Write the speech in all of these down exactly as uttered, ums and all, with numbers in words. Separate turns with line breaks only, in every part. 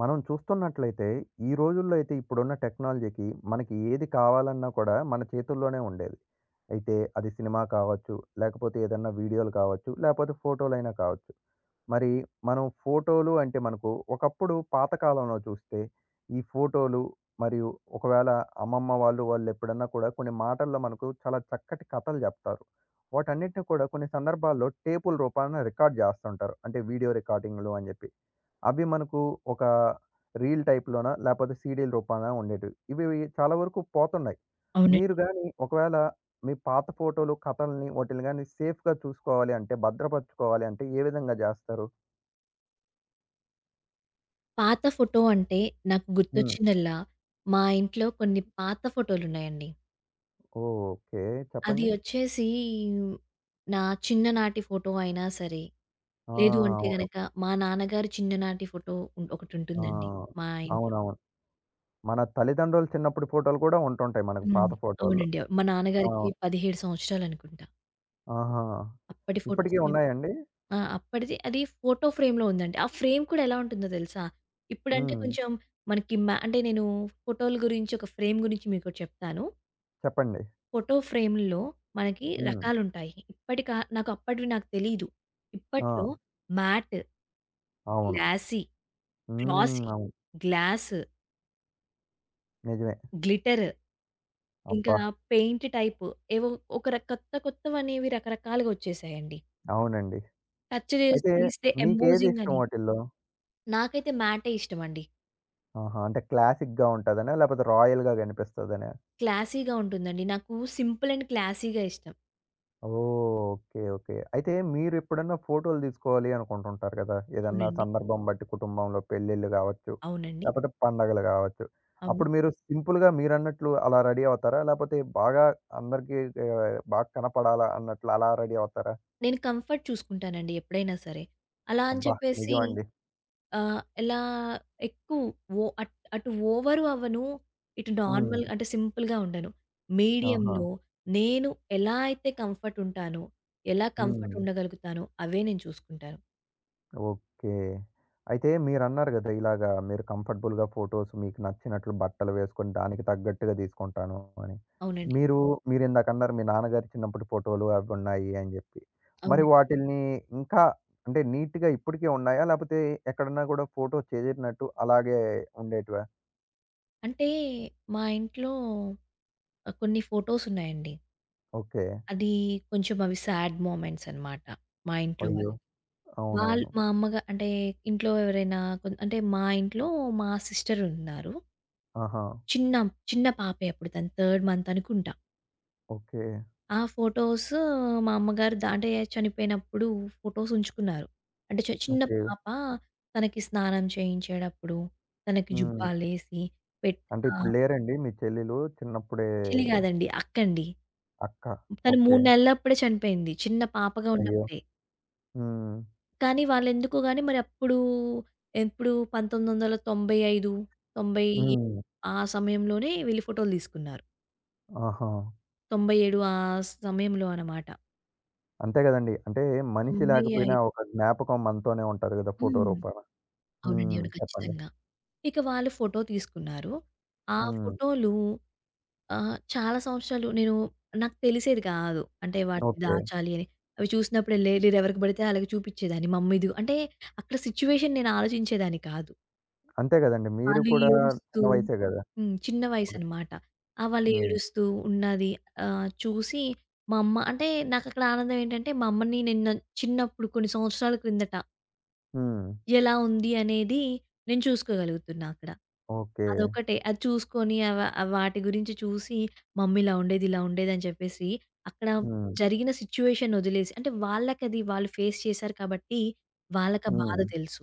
మనం చూస్తున్నట్లయితే ఈ రోజుల్లో అయితే ఇప్పుడున్న టెక్నాలజీకి మనకి ఏది కావాలన్నా కూడా మన చేతుల్లోనే ఉండేది. అయితే అది సినిమా కావచ్చు, లేకపోతే ఏదన్నా వీడియోలు కావచ్చు, లేకపోతే ఫోటోలైనా కావచ్చు. మరి మనం ఫోటోలు అంటే మనకు ఒకప్పుడు పాతకాలంలో చూస్తే ఈ ఫోటోలు మరియు ఒకవేళ అమ్మమ్మ వాళ్ళు, వాళ్ళు ఎప్పుడన్నా కూడా కొన్ని మాటల్లో మనకు చాలా చక్కటి కథలు చెప్తారు. వాటన్నిటిని కూడా కొన్ని సందర్భాల్లో టేపుల రూపాన రికార్డ్ చేస్తుంటారు. అంటే వీడియో రికార్డింగ్‌లు అని చెప్పి. అవి మనకు ఒక రీల్ టైప్‌లోన లేపోతే సీడీల రూపాన ఉండేటివి. ఇవి చాలా వరకు పోతున్నాయి.
అవునండి.
మీరు గాని ఒకవేళ మీ పాత ఫోటోలు, కథల్ని వాటిల్ని గాని సేఫ్‌గా చూసుకోవాలి అంటే, భద్రపరుచుకోవాలి అంటే ఏ విధంగా జేస్తారు?
పాత ఫోటో అంటే నాకు
హ్మ్.
గుర్తొచ్చిందల్లా, మా ఇంట్లో కొన్ని పాత ఫోటోలున్నాయండి.
ఓకే.
అది
చెప్పండి.
వచ్చేసి నా చిన్ననాటి ఫోటో అయినా సరే,
ఆ!
లేదు అంటే
అవును.
గనక మా నాన్నగారి చిన్ననాటి ఫోటో ఉన్
ఆ!
ఒకటుంటుందండి మా ఇంట్లో.
అవునవును. మన తల్లిదండ్రులు చిన్నప్పుడు ఫోటోలు కూడా ఉంటుంటాయి మనకు
హ్మ్.
పాత ఫోటోల్లో.
అవునండి. మా
అవును.
నాన్నగారికి పదిహేడు సంవత్సరాలనుకుంటా.
ఆహా!
అప్పటి ఫోటో
ఇప్పటికి
ఫ్రేమ్.
ఉన్నాయండి?
ఆ! అప్పటిది అది ఫోటో ఫ్రేమ్‌లో ఉందండి. ఆ ఫ్రేమ్ కూడా ఎలా ఉంటుందో తెలుసా? ఇప్పుడంటే
హ్మ్.
కొంచెం మనకి మ్యా అంటే నేను ఫోటోల గురించి ఒక ఫ్రేమ్ గురించి మీకోటి చెప్తాను.
చెప్పండి.
ఫోటో ఫ్రేమ్‌ల్లో మనకి
హ్మ్.
రకాలుంటాయి. ఇప్పటి కా నాకు అప్పటివి నాకు తెలీదు. ఇప్పట్లో
ఆ!
మ్యాట్,
అవును.
గ్లాసీ,
హ్మ్.
గ్లాసీ,
అవును.
గ్లాస్,
నిజమే.
గ్లిటర్ ఇంకా
అబ్బా!
పెయింట్ టైప్ ఏవో ఒక ర కొత్త కొత్తవనేవి రకరకాలుగా వచ్చేసాయండి.
అవునండి.
టచ్ చేసి
అయితే హ్మ్.
తెలిస్తే
మీకేది
ఎంబోజింగ్
ఇష్టం
అని.
వాటిల్లో?
నాకైతే మ్యాటే ఇష్టమండి.
ఆహా! అంటే క్లాసిక్‌గా ఉంటదనా? లేపోతే రాయల్‌గా కనిపిస్తదనా?
క్లాసీగా ఉంటుందండి. నాకు సింపుల్ అండ్ క్లాసీగా ఇష్టం.
ఓహ్! ఓకే. ఓకే. అయితే మీరెప్పుడన్నా ఫోటోలు తీసుకోవాలి అనుకుంటుంటారు కదా! ఏదన్నా
అవునండి.
సందర్భం బట్టి కుటుంబంలో పెళ్ళిళ్ళు కావచ్చు,
అవునండి.
లేపోతే పండగలు కావచ్చు. అప్పుడు
అవును.
మీరు సింపుల్‌గా మీరన్నట్లు అలా రెడీ అవుతారా? లేపోతే బాగా అందరికీ ఆహ్, బాగా కనపడాలా అన్నట్లు అలా రెడీ అవుతారా?
నేను కంఫర్ట్ చూసుకుంటానండి ఎప్పుడైనా సరే. అలా అని
అబ్బా!
చెప్పేసి
నిజమండి.
ఆహ్, ఎలా ఎక్కువ ఓ అట్ అటు ఓవరు అవ్వను. ఇటు
హ్మ్.
నార్మల్ అంటే సింపుల్‌గా ఉండను.
ఆహా!
మీడియంలో నేను ఎలా అయితే కంఫర్ట్ ఉంటానో, ఎలా కంఫర్ట్
హ్మ్.
ఉండగలుగుతానో అవే నేను చూసుకుంటాను.
ఓకే. అయితే మీరన్నారు గదా! ఇలాగా మీరు కంఫర్టబుల్‌గా ఫోటోస్ మీకు నచ్చినట్లు బట్టలు వేసుకొని దానికి తగ్గట్టుగా తీసుకుంటాను అని.
అవునండి.
మీరు మీరిందాకన్నారు మీ నాన్నగారి చిన్నప్పటి ఫోటోలు అవున్నాయి అని జెప్పి. మరి
అవునండి.
వాటిల్ని ఇంకా అంటే నీట్‌గా ఇప్పటికే ఉన్నాయా? లేపోతే ఎక్కడన్నా గూడా ఫోటో చెదిరినట్టు అలాగే ఉండేటివా?
అంటే మా ఇంట్లో ఆహ్, కొన్ని ఫోటోస్ ఉన్నాయండి.
ఓకే.
అది కొంచెం అవి సాడ్ మొమెంట్స్ అన్నమాట మా ఇంట్లో
అయ్యో!
వాళ్ళకి. వాళ్ళు
అవునవును.
మా అమ్మగా అంటే ఇంట్లో ఎవరైనా కొన్ అంటే మా ఇంట్లో మా సిస్టర్ ఉన్నారు.
ఆహా!
చిన్న చిన్న పాపే అప్పుడు తను థర్డ్ మంత్ అనుకుంటా.
ఓకే.
ఆ ఫోటోస్ మా అమ్మగారు ద అంటే చనిపోయినప్పుడు ఫోటోస్ ఉంచుకున్నారు. అంటే చ చిన్న
ఓకే.
పాప తనకి స్నానం చేయించేటప్పుడు, తనకి
హ్మ్.
జుబ్బాలేసి పెట్
అంటే
ఆ!
ఇప్పుడు లేరండి మీ చెల్లెలు చిన్నప్పుడే
చెల్లి కాదండి. అక్కండి.
అక్క.
తను
ఓకే.
మూడు నెలలప్పుడే చనిపోయింది. చిన్న పాపగా
అయ్యో!
ఉన్నప్పుడే.
హ్మ్.
కానీ వాళ్ళెందుకో గాని మరి అప్పుడు ఎప్పుడు తొంభై ఐదు, తొంభై ఎనిమిది
హ్మ్.
ఆ సమయంలోనే వెళ్లి ఫోటోలు తీసుకున్నారు.
ఆహా!
తొంభై ఏడు ఆ సమయంలో అన్నమాట.
అంతే గదండీ. అంటే మనిషి లేకపోయినా
తొంభై ఐదు.
ఒక జ్ఞాపకం మనతోనే ఉంటది గదా! ఫోటో
హ్మ్.
రూపాన.
అవునండి.
హ్మ్.
అవును.
చెప్పండి.
ఖచ్చితంగా. ఇక వాళ్ళు ఫోటో తీసుకున్నారు. ఆ హ్మ్.
హ్మ్.
ఫోటోలు ఆహ్, చాలా సంవత్సరాలు నేను నాకు తెలిసేది కాదు. అంటే వాటిని
ఓకే.
దాచాలి అని. అవి చూసినప్పుడు లేడీ ఎవరికి పడితే ఆళ్ళకి చూపించేదాన్ని. మమ్మీ ఇదిగో అంటే అక్కడ సిట్యుయేషన్ నేను ఆలోచించేదాన్ని కాదు.
అంతే గదండీ. మీరు
వాళ్ళు
కూడా
ఏడుస్తూ.
చిన్న వయసే గదా!
హ్మ్. చిన్న
అప్పుడు.
వయసనమాట. ఆ! వాళ్ళు
హ్మ్.
ఏడుస్తూ ఉన్నది ఆహ్, చూసి మా అమ్మ అంటే నాకక్కడ ఆనందం ఏంటంటే మా అమ్మని నిన్న చిన్నప్పుడు కొన్ని సంవత్సరాల క్రిందట
హ్మ్.
ఎలా ఉంది అనేది నేను చూసుకోగలుగుతున్నా అక్కడ.
ఓకే.
అదొకటే. అది చూసుకొని అవ ఆ వాటి గురించి చూసి, మమ్మీ ఇలా ఉండేది, ఇలా ఉండేదని చెప్పేసి, అక్కడ
హ్మ్.
జరిగిన సిట్యుయేషన్ వదిలేసి అంటే వాళ్ళకది వాళ్ళు ఫేస్ చేశారు కాబట్టి, వాళ్ళకా బాధ
హ్మ్.
తెలుసు.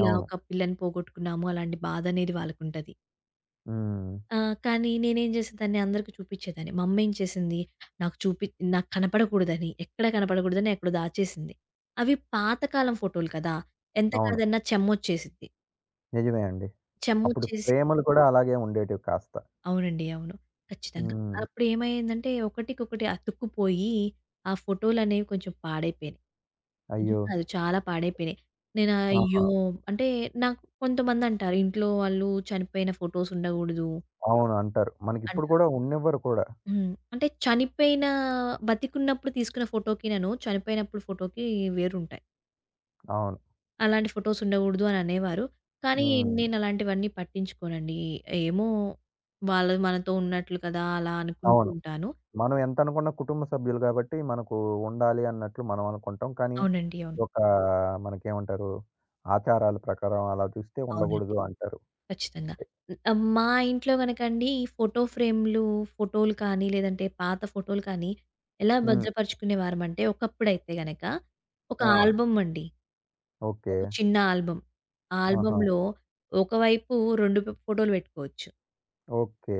ఇలా
అవును.
ఒక పిల్లని పోగొట్టుకున్నాము అలాంటి బాధనేది వాళ్ళకుంటది.
హ్మ్.
ఆ! కానీ నేనేం చేసేదాన్ని అందరికి చూపిచ్చేదాన్ని. మా అమ్మేం చేసింది, నాకు చూపి నాకు కనపడకూడదని, ఎక్కడ కనపడకూడదని ఎక్కడో దాచేసింది. అవి పాత కాలం ఫోటోలు కదా! ఎంత
అవును.
కాదన్నా చెమ్మొచ్చేసిద్ది.
నిజమే అండి. అప్పుడు
చెమ్మొచ్చేసి
ప్రేమలు కూడా అలాగే ఉండేటివి కాస్త.
అవునండి. అవును. ఖచ్చితంగా.
హ్మ్.
అప్పుడేమైందంటే ఒకటికొకటి అతుక్కుపోయి, ఆ ఫోటోలనేవి కొంచెం పాడైపోయినాయి. కొంచెం
అయ్యో!
కాదు చాలా పాడైపోయినాయి. నేను
ఆహా!
అయ్యో! అంటే నాకు కొంతమందంటారు ఇంట్లో వాళ్ళు చనిపోయిన ఫోటోస్ ఉండకూడదు.
అవును అంటారు. మనకిప్పుడు కూడా ఉండనివ్వరు కూడా.
హ్మ్. అంటే చనిపోయిన బతికున్నప్పుడు తీసుకున్న ఫోటోకినను, చనిపోయినప్పుడు ఫోటోకి వేరుంటాయి.
అవును.
అలాంటి ఫోటోస్ ఉండగూడదు అని అనేవారు. కానీ
హ్మ్.
నేనలాంటివన్నీ పట్టించుకోనండి. ఏమో వాళ్ళు మనతో ఉన్నట్లు కదా! అలా అనుకుంటూ
అవును.
ఉంటాను.
మనం ఎంతనుకున్న కుటుంబ సభ్యులు గాబట్టి, మనకు ఉండాలి అన్నట్లు మనం అనుకుంటాం. కానీ,
అవునండి. అవును.
ఒక మనకేమంటారు, ఆచారాల ప్రకారం అలా చూస్తే
అవునండి.
ఉండగూడదు అంటారు.
ఖచ్చితంగా. హ్మ్. మా ఇంట్లో గనకండి ఈ ఫోటో ఫ్రేమ్‌లు, ఫోటోలు కానీ, లేదంటే పాత ఫోటోలు కానీ ఎలా
హ్మ్.
భద్రపరుచుకునేవారమంటే, ఒకప్పుడైతే గనక ఒక
ఆ!
ఆల్బమ్ అండి.
ఓకే.
ఒక చిన్న ఆల్బమ్. ఆ
ఆహా!
ఆల్బమ్‌లో ఒకవైపు రెండు ప్ ఫోటోలు పెట్టుకోవచ్చు.
ఓకే.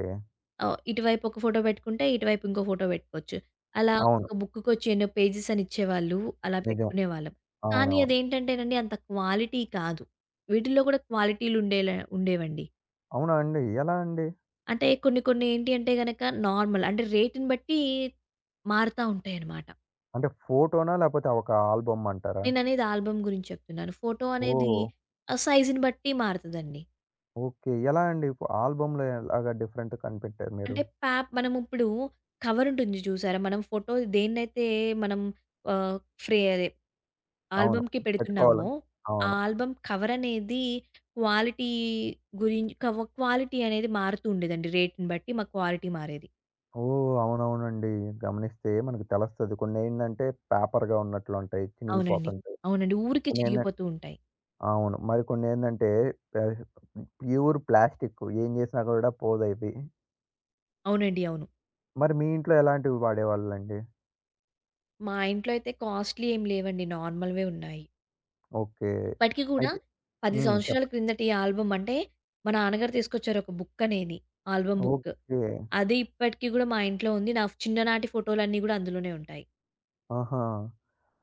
ఆహ్, ఇటువైపు ఒక ఫోటో పెట్టుకుంటే, ఇటువైపు ఇంకో ఫోటో పెట్టుకోవచ్చు. అలా
అవును.
ఒక బుక్కుకొచ్చి ఎన్నో పేజెస్ అని ఇచ్చేవాళ్ళు. అలా
నిజం.
పెట్టుకునేవాళ్ళం. కానీ
అవునవును.
అదేంటంటేనండి అంత క్వాలిటీ కాదు. వీటిల్లో కూడా క్వాలిటీలు ఉండేలా ఉండేవండి.
అవునా అండి? ఎలా అండి?
అంటే కొన్ని కొన్ని ఏంటి అంటే గనక నార్మల్ అంటే రేట్‌ని బట్టి మారుతా ఉంటాయన్నమాట.
అంటే ఫోటోనా? లేపోతే ఒక ఆల్బమ్ అంటారా?
నేననేది ఆల్బమ్ గురించి చెప్తున్నాను. ఫోటో అనేది
ఓహ్!
ఆ సైజుని బట్టి మారతదండి.
ఓకే. ఎలా అండి? ఆల్బమ్‌లో ఎలాగా డిఫరెంట్ కనిపెట్టారు మీరు?
అంటే పాప్ మనమిప్పుడు కవరుంటుంది చూసారా? మనం ఫోటో దేన్నైతే మనం ఆహ్, ఫ్రే అదే
అవును.
ఆల్బమ్‌కి పెడుతున్నామో,
పెట్టుకోవాలని
ఆ
అవును.
ఆల్బమ్ కవరనేది క్వాలిటీ గురిం కవ క్వాలిటీ అనేది మారుతూ ఉండేదండి. రేట్‌ని బట్టి మా క్వాలిటీ మారేది.
ఓహ్! అవునవునండి. గమనిస్తే మనకు తెలుస్తది. కొన్నేంటంటే పేపర్‌గా ఉన్నట్లుంటాయి.
అవునండి.
చినిగిపోతుంటాయి.
అవునండి. ఊరికే
కొన్నేంటంటే
చిరిగిపోతూ ఉంటాయి.
అవును. మరికొన్నేంటంటే పే ప్యూర్ ప్లాస్టిక్కు. ఏం చేసినా కూడా పోదవి.
అవునండి. అవును.
మరి మీ ఇంట్లో ఎలాంటివి వాడేవాళ్ళండి?
మా ఇంట్లో అయితే కాస్ట్‌లీ ఏం లేవండి. నార్మల్‌వే ఉన్నాయి.
ఓకే.
ఇప్పటికి గూడా
అయితే
పది
హ్మ్.
సంవత్సరాల
చెప్పండి.
క్రిందటి ఆల్బమ్ అంటే, మా నాన్నగారు తీసుకొచ్చారు ఒక బుక్ అనేది. Album book.
ఓకే.
అది ఇప్పటికి గూడా మా ఇంట్లో ఉంది. నా చిన్ననాటి ఫోటోలన్నీ గూడా అందులోనే ఉంటాయి.
ఆహా!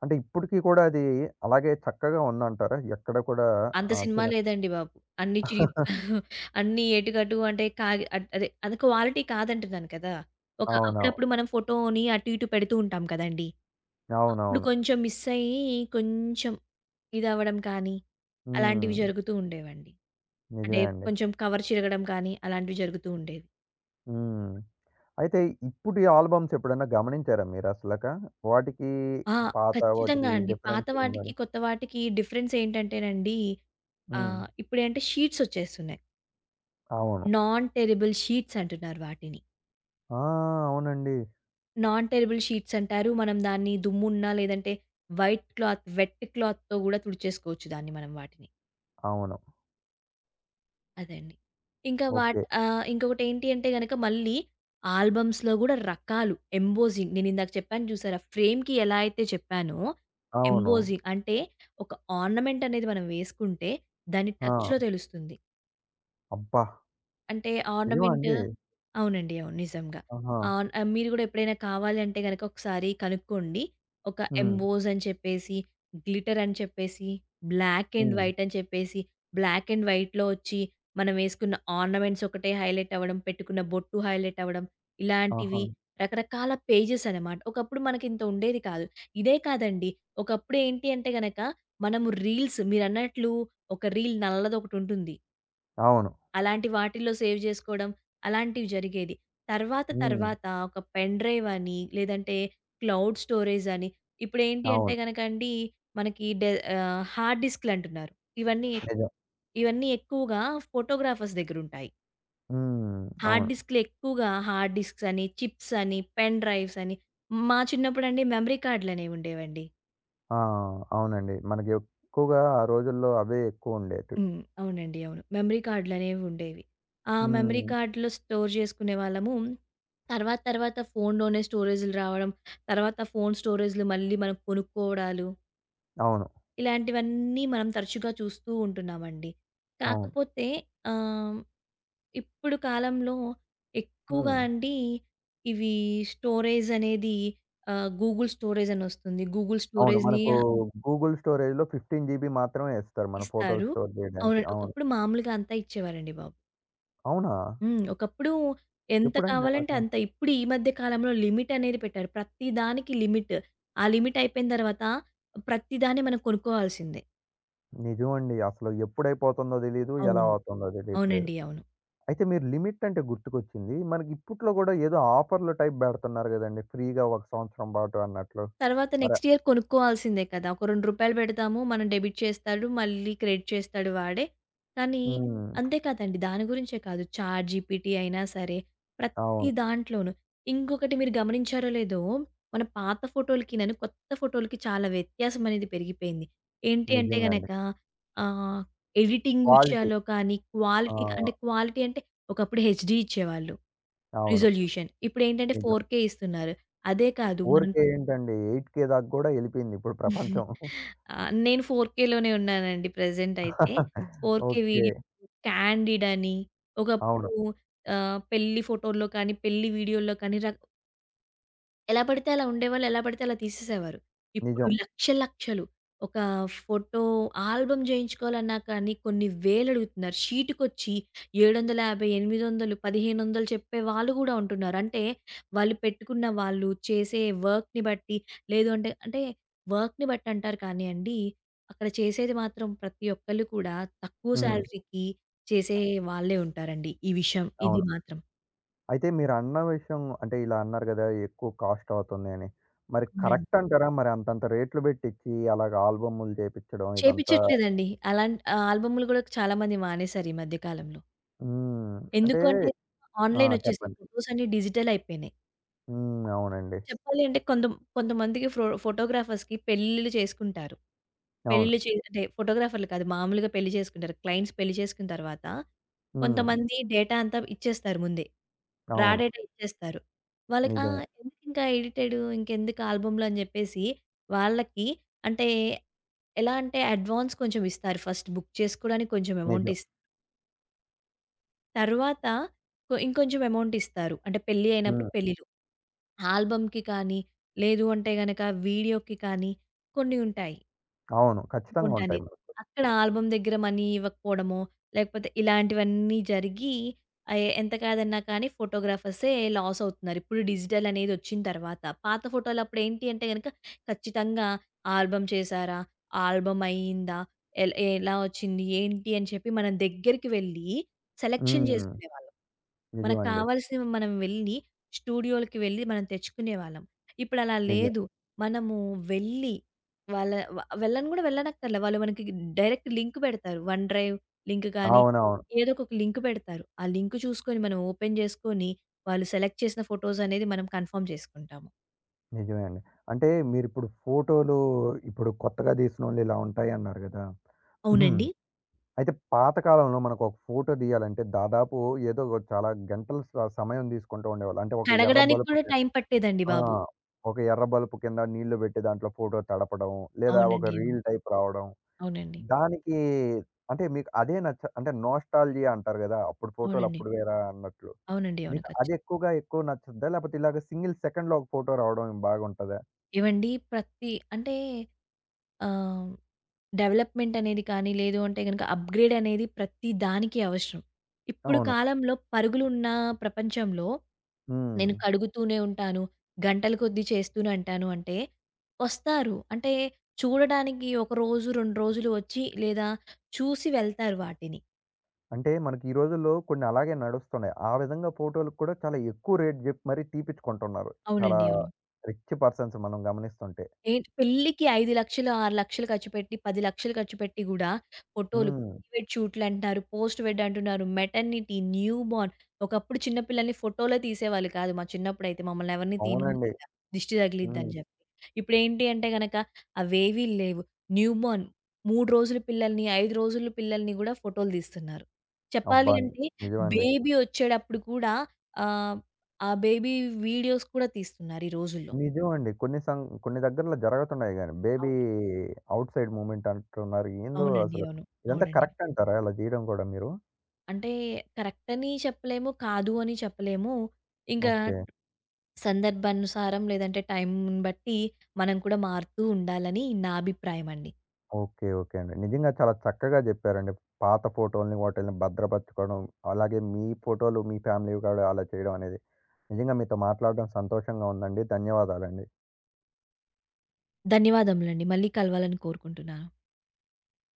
అంటే ఇప్పటికి కూడా అది అలాగే చక్కగా ఉందంటారా? ఎక్కడ కూడా
అంత
ఆహ్,
సినిమా
చినక
లేదండి బాబు. అన్నీ చీప్. అన్నీ ఏటికటు అంటే కాగి అద్ అదే అది క్వాలిటీ కాదంటున్నాను కదా! ఒక
అవునవును.
అప్పుడప్పుడు మనం ఫోటోని అటు ఇటు పెడుతూ ఉంటాం కదండీ! అప్పుడు
అవునవును.
కొంచెం మిస్ అయ్యి, కొంచెం ఇదవ్వడం కానీ, అలాంటివి
హ్మ్.
జరుగుతూ ఉండేవండి. అంటే
నిజమే అండి.
కొంచెం కవర్ చిరగడం కానీ అలాంటివి జరుగుతూ ఉండేది.
హ్మ్. అయితే ఇప్పుడు ఈ ఆల్బమ్స్ ఎప్పుడైనా గమనించారా మీరసలక? వాటికి
ఆ!
పాత
ఖచ్చితంగా
వాటికి
అండి. పాత
డిఫరెన్స్ ఏం
వాటికి,
మరి?
కొత్త వాటికి డిఫరెన్స్ ఏంటంటేనండి,
హ్మ్.
ఆహ్, ఇప్పుడేంటే షీట్స్ ఒచ్చేస్తున్నాయి.
అవును.
నాన్ టెరబుల్ షీట్స్ అంటున్నారు వాటిని.
ఆ! అవునండి.
నాన్ టెరబుల్ షీట్స్ అంటారు. మనం దాన్ని దుమ్మున్నా, లేదంటే వైట్ క్లాత్, వెట్ క్లాత్‌తో గూడా తుడిచేసుకోవచ్చు దాన్ని మనం వాటిని.
అవును.
అదే అండి. ఇంకా వాట్
ఓకే.
ఆహ్, ఇంకొకటేంటి అంటే గనక మళ్ళీ ఆల్బమ్స్‌లో గూడా రకాలు ఎంబోసింగ్ నేనిందాక చెప్పాను చూసారా? ఫ్రేమ్‌కి ఎలా అయితే చెప్పానో
అవును.
ఎంబోసింగ్ అంటే ఒక ఆర్నమెంట్ అనేది మనం వేసుకుంటే దాని టచ్‌లో
ఆ!
తెలుస్తుంది.
అబ్బా!
అంటే
నిజమా
ఆర్నమెంట్.
అండి?
అవునండి. అవును. నిజంగా.
ఆహా!
ఆన్ ఆహ్, మీరు గూడా ఎప్పుడైనా కావాలి అంటే గనక ఒకసారి కనుక్కోండి. ఒక
హ్మ్.
ఎంబోస్ అని చెప్పేసి, గ్లిటర్ అని చెప్పేసి, బ్లాక్ అండ్
హ్మ్.
వైట్ అని చెప్పేసి, బ్లాక్ అండ్ వైట్‌లో వచ్చి మనం వేసుకున్న ఆర్నమెంట్స్ ఒకటే హైలైట్ అవ్వడం, పెట్టుకున్న బొట్టు హైలైట్ అవ్వడం,
ఆహా!
ఇలాంటివి రకరకాల పేజెస్ అనమాట. ఒకప్పుడు మనకింత ఉండేది కాదు. ఇదే కాదండి. ఒకప్పుడు ఏంటి అంటే గనక మనము రీల్స్ మీరన్నట్లు ఒక రీల్ నల్లదొకటుంటుంది.
అవును.
అలాంటి వాటిల్లో సేవ్ జేసుకోవడం, అలాంటివి జరిగేది. తర్వాత
హ్మ్.
తర్వాత ఒక పెన్ డ్రైవ్ అని, లేదంటే క్లౌడ్ స్టోరేజ్ అని, ఇప్పుడేంటి అంటే
అవును.
గనకండి మనకి డె ఆహ్, హార్డ్ డిస్క్‌లంటున్నారు. ఇవన్నీ
నిజం.
ఇవన్నీ ఎక్కువగా ఫోటోగ్రాఫర్స్ దగ్గరుంటాయి.
హ్మ్.
హార్డ్
అవును.
డిస్క్‌లు ఎక్కువగా హార్డ్ డిస్క్స్ అని, చిప్స్ అని, పెన్ డ్రైవ్స్ అని, మా చిన్నప్పుడండి మెమరీ కార్డ్‌లనేవి ఉండేవండి.
ఆ! అవునండి. మనకి ఎక్కువగా ఆ రోజుల్లో అవే ఎక్కువుండేటివి.
హ్మ్. అవునండి. అవును. మెమరీ కార్డ్‌లనేవుండేవి. ఆ మెమరీ
హ్మ్.
కార్డ్‌లో స్టోర్ జేసుకునేవాళ్ళము. తర్వాత తర్వాత ఫోన్‌లోనే స్టోరేజులు రావడం, తర్వాత ఫోన్ స్టోరేజులు మళ్ళీ మనం కొనుక్కోవడాలు,
అవును.
ఇలాంటివన్నీ మనం తరచుగా చూస్తూ ఉంటున్నామండి.
అవును.
కాకపోతే ఆహ్, ఇప్పుడు కాలంలో ఎక్కువగా
హ్మ్.
అండి ఇవి స్టోరేజనేది ఆహ్, గూగుల్ స్టోరేజనొస్తుంది. గూగుల్
అవును.
స్టోరేజ్‌ని
మనకు గూగుల్ స్టోరేజ్‌లో పదిహేను జీబీ మాత్రమే ఇస్తారు మన ఫోటోలు
ఇస్తారు.
స్టోర్ చేయడానికి.
అవునండి.
అవును.
ఒకప్పుడు మామూలుగా అంతా ఇచ్చేవారండి బాబు.
అవునా?
హ్మ్. ఒకప్పుడు ఎంత
ఎప్పుడండి
కావాలంటే
అలాగా?
అంత. ఇప్పుడు ఈ మధ్య కాలంలో లిమిట్ అనేది పెట్టారు. ప్రతి దానికి లిమిట్. ఆ లిమిట్ అయిపోయిన తర్వాత ప్రతి దాన్ని మనం కొనుక్కోవాల్సిందే.
నిజమండి. అసలు ఎప్పుడైపోతుందో తెలీదు. ఎలా
అవును.
అవుతుందో తెలియట్లేదు.
అవునండి. అవును.
అయితే మీరు లిమిట్ అంటే గుర్తుకొచ్చింది. మనకి ఇప్పట్లో గూడా ఏదో ఆఫర్‌లు టైప్ బెడుతున్నారు గదండీ! ఫ్రీగా ఒక సంవత్సరం పాటు అన్నట్లు.
తర్వాత
మరి
నెక్స్ట్ ఇయర్ కొనుక్కోవాల్సిందే కదా! ఒక రూ. రెండు పెడతాము. మనం డెబిట్ చేస్తాడు. మళ్ళీ క్రెడిట్ చేస్తాడు వాడే. కానీ
హ్మ్.
అంతే కాదండి. దాని గురించే కాదు. చాట్‌జీపీటీ అయినా సరే, ప్రతి
అవును.
దాంట్లోనూ. ఇంకొకటి మీరు గమనించారో లేదో, మన పాత ఫోటోలకినను కొత్త ఫోటోలకి చాలా వ్యత్యాసం అనేది పెరిగిపోయింది. ఏంటి అంటే
నిజంగా అండి.
గనక ఆహ్, ఎడిటింగ్
క్వాలిటీ.
విషయాల్లో కానీ,
ఆ!
క్వాలిటీ అంటే క్వాలిటీ అంటే ఒకప్పుడు హెచ్‌డీ ఇచ్చేవాళ్ళు.
అవును.
రిజల్యూషన్. ఇప్పుడేంటంటే
నిజం.
4కే ఇస్తున్నారు. అదే కాదు మనం
ఫోర్ కే ఏంటండి ఎయిట్ కే దాకా గూడా ఎళ్ళిపోయింది ఇప్పుడు ప్రపంచం.
ఆ! నేను 4కేలోనే ఉన్నానండి ప్రెజెంట్ అయితే. 4కే
ఓకే.
వీడియో, క్యాండిడ్ అని, ఒకప్పుడు
అవును.
ఆహ్, పెళ్లి ఫోటోల్లో కానీ, పెళ్లి వీడియోల్లో కానీ రక ఎలా పడితే అలా ఉండేవాళ్ళు. ఎలా పడితే అలా తీసేసేవారు. ఇప్పుడు
నిజం.
లక్షలు లక్షలు ఒక ఫోటో ఆల్బమ్ చేయించుకోవాలన్నా కానీ కొన్ని వేలు అడుగుతున్నారు. షీటుకొచ్చి ఏడు వందల యాభై, ఎనిమిది వందలు, వెయ్యి ఐదు వందలు చెప్పే వాళ్ళు కూడా ఉంటున్నారు. అంటే వాళ్ళు పెట్టుకున్న వాళ్ళు చేసే వర్క్‌ని బట్టి లేదు అంటే, అంటే వర్క్‌ని బట్టి అంటారు కానియండి. అక్కడ చేసేది మాత్రం ప్రతి ఒక్కళ్ళు కూడా తక్కువ
హ్మ్.
శాలరీకి చేసే వాళ్ళే ఉంటారండి. ఈ విషయం ఇది
అవును.
మాత్రం.
అయితే మీరన్న విషయం అంటే ఇలా అన్నారు గదా! ఎక్కువ కాస్ట్ అవుతుంది అని. మరి
అవునండి.
కరెక్ట్ అంటారా? మరి అంతంత రేట్లు పెట్టిచ్చి అలాగ ఆల్బమ్‌లు చేపిచ్చడం ఇదంతా?
చేపిచ్చట్లేదండి. అలాం ఆహ్, ఆల్బమ్‌లు గూడా చాలా మంది మానేశారు ఈ మధ్య కాలంలో.
హ్మ్. అంటే
ఎందుకు అంటే
ఆ!
ఆన్‌లైన్ ఒచ్చేసాయి.
చెప్పండి.
ఫోటోస్ అన్నీ డిజిటల్ అయిపోయినాయి.
హ్మ్. అవునండి.
చెప్పాలి అంటే కొంత కొంతమందికి ఫ్రో ఫోటోగ్రాఫర్స్‌కి పెళ్ళిళ్ళు చేసుకుంటారు.
అవును.
పెళ్ళిళ్ళు చే అంటే ఫోటోగ్రాఫర్‌లు కాదు. మామూలుగా పెళ్లి చేసుకుంటారు. క్లయింట్స్ పెళ్లి చేసుకున్న తర్వాత
హ్మ్.
కొంతమంది డేటా అంతా ఇచ్చేస్తారు ముందే. రా
అవును.
డేటా ఇచ్చేస్తారు. వాళ్ళకి ఆ!
నిజమే.
ఎందుకింకా ఎడిటెడు ఇంకెందుకు ఆల్బమ్‌లు అని చెప్పేసి వాళ్ళకి అంటే ఎలా అంటే అడ్వాన్స్ కొంచెం ఇస్తారు. ఫస్ట్ బుక్ చేసుకోవడానికి కొంచెం అమౌంట్
నిజం.
ఇస్తారు. తర్వాత కొ ఇంకొంచెం అమౌంట్ ఇస్తారు. అంటే పెళ్లి అయినప్పుడు
హ్మ్.
పెళ్లిలో. ఆల్బమ్‌కి కానీ లేదు అంటే గనక వీడియోకి కానీ కొన్ని ఉంటాయి.
అవును. ఖచ్చితంగా
అమౌంట్
ఉంటాయి
అనేది.
మరి.
అక్కడ ఆల్బమ్ దగ్గర మనీ ఇవ్వకపోవడమో, లేకపోతే ఇలాంటివన్నీ జరిగి ఆహ్, ఎంత కాదన్నా కానీ ఫోటోగ్రాఫర్సే లాస్ అవుతున్నారు. ఇప్పుడు డిజిటల్ అనేది వచ్చిన తర్వాత. పాత ఫోటోలు అప్పుడు ఏంటి అంటే గనక ఖచ్చితంగా ఆల్బమ్ చేశారా? ఆల్బమ్ అయిందా? ఎల్ ఎలా వచ్చింది? ఏంటి? అని చెప్పి మనం దగ్గరికి వెళ్ళి సెలక్షన్
హ్మ్.
చేసుకునేవాళ్ళం. మనకు
నిజమండి.
కావాల్సినవి మనం వెళ్ళి స్టూడియోలకి వెళ్ళి మనం తెచ్చుకునేవాళ్ళం. ఇప్పుడు అలా
నిజం.
లేదు. మనము వెళ్ళి వాళ్ళ వ వెళ్ళను గూడా వెళ్ళనక్కర్లే. వాళ్ళు మనకి డైరెక్ట్ లింక్ పెడతారు. వన్ డ్రైవ్ లింక్ కానీ,
అవునవును.
ఏదో ఒక లింక్ పెడతారు. ఆ లింక్ చూసుకొని మనం ఓపెన్ చేసుకొని, వాళ్ళు సెలెక్ట్ చేసిన ఫోటోస్ అనేది మనం కన్ఫర్మ్ చేసుకుంటాము.
నిజమే అండి. అంటే మీరిప్పుడు ఫోటోలు ఇప్పుడు కొత్తగా తీసినోళ్ళు ఇలా ఉంటాయన్నారు గదా!
అవునండి.
అయితే పాత కాలంలో మనకు ఒక ఫోటో తీయాలంటే దాదాపు ఏదో ఒక చాలా గంటలు స సమయం తీసుకుంటూ ఉండేవాళ్ళు. అంటే ఒక ఎర్ర
కడగడానికి
బలుపు
కూడా
కి
టైం పట్టేదండి
ఆ!
బాబు.
ఒక ఎర్ర బలుపు కింద నీళ్లు పెట్టి దాంట్లో ఫోటో తడపడం. లేదా ఒక
అవునండి. అవును.
రీల్ టైప్ రావడం.
అవునండి.
దానికి అంటే మీకు అదే నచ్చ అంటే నోస్టాల్జియా అంటారు కదా! అప్పుడు ఫోటోలు
అవునండి.
అప్పుడు వేరా అన్నట్లు.
అవునండి. అవును.
మీకు
ఖచ్చి
అది ఎక్కువగా ఎక్కువ నచ్చుద్దా? లేకపోతే ఇలాగ సింగిల్ సెకండ్‌లో ఒక ఫోటో రావడం బాగుంటదా?
ఏవండి ప్రతి అంటే ఆహ్, డెవలప్‌మెంట్ అనేది కానీ, లేదు అంటే గనక అప్‌గ్రేడ్ అనేది ప్రతి దానికి అవసరం. ఇప్పుడు
అవును.
కాలంలో పరుగులున్న ప్రపంచంలో
హ్మ్.
నేను కడుగుతూనే ఉంటాను. గంటల కొద్దీ చేస్తూనే అంటాను అంటే, వస్తారు. అంటే చూడడానికి ఒక రోజు, రెండు రోజులు వచ్చి లేదా చూసి వెళ్తారు వాటిని.
అంటే మనకి ఈ రోజుల్లో కొన్ని అలాగే నడుస్తున్నాయి. ఆ విధంగా ఫోటో‌లకు కూడా చాలా ఎక్కువ రేట్ జెప్పి మరి తీపిచ్చుకుంటున్నారు. చాలా
అవునండి. అవును.
రిచ్ పర్సన్స్ మనం గమనిస్తుంటే.
ఏంటి పెళ్ళికి ఐదు,లక్షలు, ఆరు,లక్షలు ఖర్చుపెట్టి, పది,లక్షలు ఖర్చుపెట్టి గూడా ఫోటోలు,
హ్మ్.
ప్రీవెడ్ షూట్‌లంటున్నారు, పోస్ట్ వెడ్ అంటున్నారు, మెటర్నిటీ, న్యూ బోర్న్. ఒకప్పుడు చిన్న పిల్లల్ని ఫోటోలే తీసేవాళ్ళు కాదు. మా చిన్నప్పుడైతే మమ్మల్ని ఎవరిని తీయను కూడా
అవునండి.
తీయలా. దిష్టి తగిలిద్దని
హ్మ్.
జెప్పి. ఇప్పుడేంటి అంటే గనక అవేవీ లేవు. న్యూ బోర్న్ మూడు రోజుల పిల్లల్ని, ఐదు రోజుల పిల్లల్ని గూడా ఫోటోలు తీస్తున్నారు. చెప్పాలి
అబ్బా!
అంటే
నిజమండి.
బేబీ ఒచ్చేటప్పుడు కూడా ఆహ్, ఆ బేబీ వీడియోస్ కూడా తీస్తున్నారు ఈ రోజుల్లో.
నిజమండి. కొన్ని సం కొన్ని దగ్గరలో జరుగుతున్నాయి గాని బేబీ ఔట్ సైడ్ మూవ్‌మెంట్ అంటున్నారు. ఏందో
అవునండి.
అసలు.
అవును.
ఇదంతా
అవునండి.
కరెక్ట్ అంటారా ఇలా జేయడం గూడా మీరు?
అంటే కరెక్ట్ అని చెప్పలేము. కాదు అని చెప్పలేము. ఇంకా
ఓకే.
సందర్భానుసారం లేదంటే టైంని బట్టి మనం కూడా మారుతూ ఉండాలని నా అభిప్రాయం అండి.
ఓకే. ఓకే అండి. నిజంగా చాలా చక్కగా జెప్పారండి. పాత ఫోటో‌ల్ని వాటిల్ని భద్రపరచుకోవడం, అలాగే మీ ఫోటో‌లు మీ ఫ్యామిలీవి కూడా అలా చేయడం అనేది. నిజంగా మీతో మాట్లాడడం సంతోషంగా ఉందండి. ధన్యవాదాలండి.
ధన్యవాదములండి. మళ్ళీ కలవాలని కోరుకుంటున్నాను.